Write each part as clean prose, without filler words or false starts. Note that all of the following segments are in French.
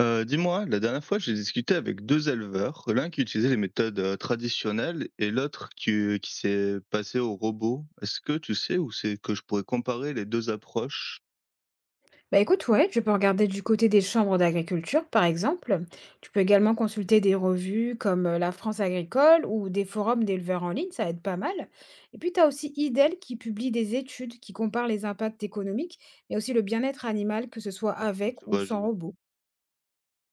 Dis-moi, la dernière fois, j'ai discuté avec deux éleveurs, l'un qui utilisait les méthodes traditionnelles et l'autre qui s'est passé au robot. Est-ce que tu sais où c'est que je pourrais comparer les deux approches? Bah écoute, ouais, tu peux regarder du côté des chambres d'agriculture, par exemple. Tu peux également consulter des revues comme La France agricole ou des forums d'éleveurs en ligne, ça aide pas mal. Et puis, tu as aussi IDEL qui publie des études qui comparent les impacts économiques, mais aussi le bien-être animal, que ce soit avec Je ou vois, je sans vois. robot.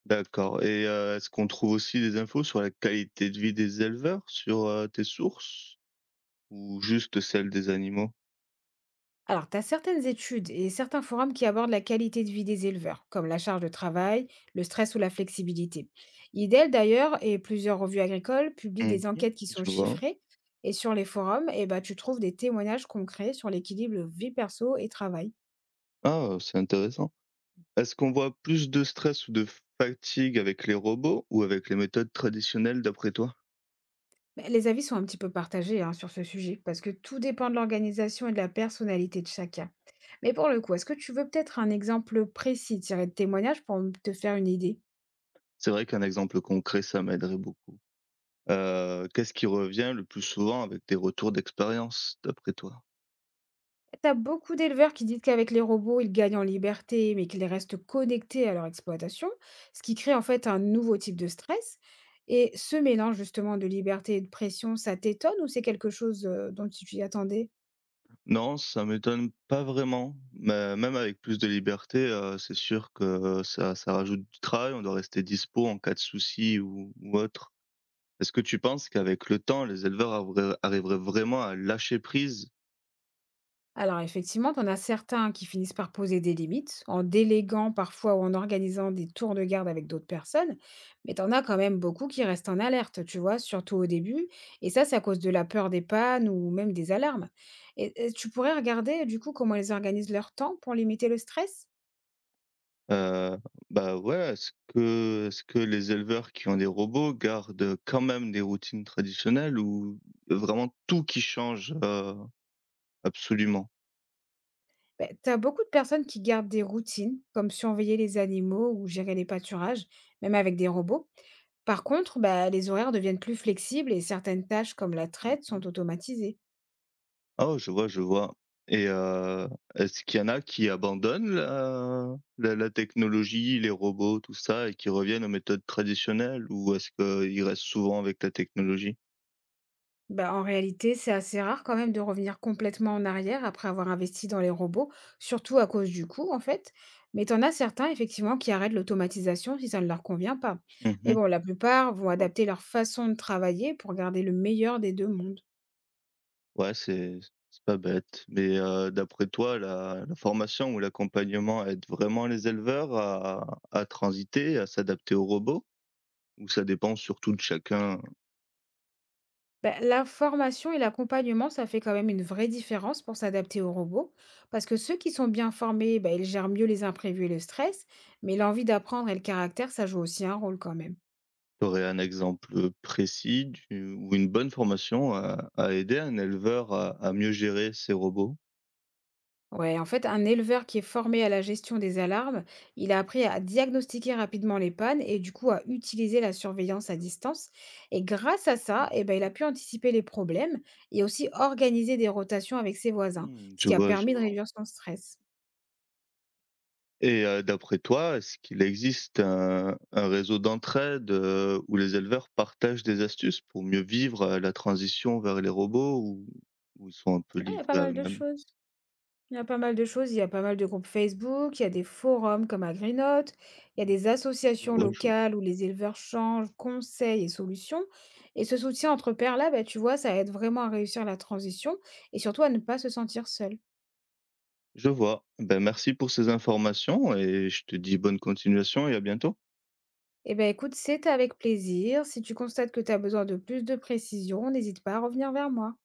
D'accord. Et est-ce qu'on trouve aussi des infos sur la qualité de vie des éleveurs sur tes sources ou juste celles des animaux? Alors, tu as certaines études et certains forums qui abordent la qualité de vie des éleveurs, comme la charge de travail, le stress ou la flexibilité. IDEL, d'ailleurs, et plusieurs revues agricoles publient Mhm. des enquêtes qui Je sont vois. chiffrées. Et sur les forums, eh ben, tu trouves des témoignages concrets sur l'équilibre vie perso et travail. Ah, c'est intéressant. Est-ce qu'on voit plus de stress ou de fatigue avec les robots ou avec les méthodes traditionnelles d'après toi? Mais les avis sont un petit peu partagés hein, sur ce sujet, parce que tout dépend de l'organisation et de la personnalité de chacun. Mais pour le coup, est-ce que tu veux peut-être un exemple précis tiré de témoignages pour te faire une idée? C'est vrai qu'un exemple concret, ça m'aiderait beaucoup. Qu'est-ce qui revient le plus souvent avec tes retours d'expérience, d'après toi? T'as beaucoup d'éleveurs qui disent qu'avec les robots, ils gagnent en liberté, mais qu'ils restent connectés à leur exploitation, ce qui crée en fait un nouveau type de stress. Et ce mélange justement de liberté et de pression, ça t'étonne ou c'est quelque chose dont tu t'y attendais? Non, ça m'étonne pas vraiment, mais même avec plus de liberté, c'est sûr que ça rajoute du travail. On doit rester dispo en cas de souci ou autre. Est-ce que tu penses qu'avec le temps, les éleveurs avraient arriveraient vraiment à lâcher prise. Alors effectivement, tu en as certains qui finissent par poser des limites, en déléguant parfois ou en organisant des tours de garde avec d'autres personnes, mais t'en as quand même beaucoup qui restent en alerte, tu vois, surtout au début, et ça, c'est à cause de la peur des pannes ou même des alarmes. Et tu pourrais regarder du coup comment ils organisent leur temps pour limiter le stress? Heu, ouais, est-ce que les éleveurs qui ont des robots gardent quand même des routines traditionnelles ou vraiment tout qui change, absolument? Ben, tu beaucoup de personnes qui gardent des routines, comme surveiller les animaux ou gérer les pâturages, même avec des robots. Par contre, bah, les horaires deviennent plus flexibles et certaines tâches comme la traite sont Mmh. automatisées. Oh, je vois, je vois. Et est-ce qu'il y en a qui abandonnent la technologie, les robots, tout ça et qui reviennent aux méthodes traditionnelles ou est-ce qu'ils restent souvent avec la technologie? Bah, en réalité, c'est assez rare quand même de revenir complètement en arrière après avoir investi dans les robots, surtout à cause du coût en fait. Mais t'en as certains effectivement qui arrêtent l'automatisation si ça ne leur convient pas. Mais Mmh. bon, la plupart vont adapter leur façon de travailler pour garder le meilleur des deux mondes. Ouais, c'est pas bête. Mais, d'après toi, la formation ou l'accompagnement aide vraiment les éleveurs à transiter, à s'adapter aux robots? Ou ça dépend surtout de chacun? Ben la formation et l'accompagnement, ça fait quand même une vraie différence pour s'adapter aux robots, parce que ceux qui sont bien formés, ben ils gèrent mieux les imprévus et le stress, mais l'envie d'apprendre et le caractère, ça joue aussi un rôle quand même. Tu aurais un exemple précis du ou une bonne formation à aider un éleveur à mieux gérer ses robots? Ouais, en fait, un éleveur qui est formé à la gestion des alarmes, il a appris à diagnostiquer rapidement les pannes et du coup à utiliser la surveillance à distance. Et grâce à ça, Mmh, eh ben, il a pu anticiper les problèmes et aussi organiser des rotations avec ses voisins, ce je qui a vois, je permis de vois. réduire son stress. Et d'après toi, est-ce qu'il existe un réseau d'entraide, où les éleveurs partagent des astuces pour mieux vivre, la transition vers les robots ou ils sont un peu Ouais, il y a pas livrés à mal de eux-mêmes? choses. Il y a pas mal de choses, il y a pas mal de groupes Facebook, il y a des forums comme Agrinote, il y a Mmh, des je associations vois, locales où les éleveurs changent conseils et solutions. Et ce soutien entre pairs-là, bah, tu vois, ça aide vraiment à réussir la transition et surtout à ne pas se sentir seul. je vois. Ben, merci pour ces informations et je te dis bonne continuation et à bientôt. Eh ben écoute, c'est avec plaisir. Si tu constates que tu as besoin de plus de précision, n'hésite pas à revenir vers moi.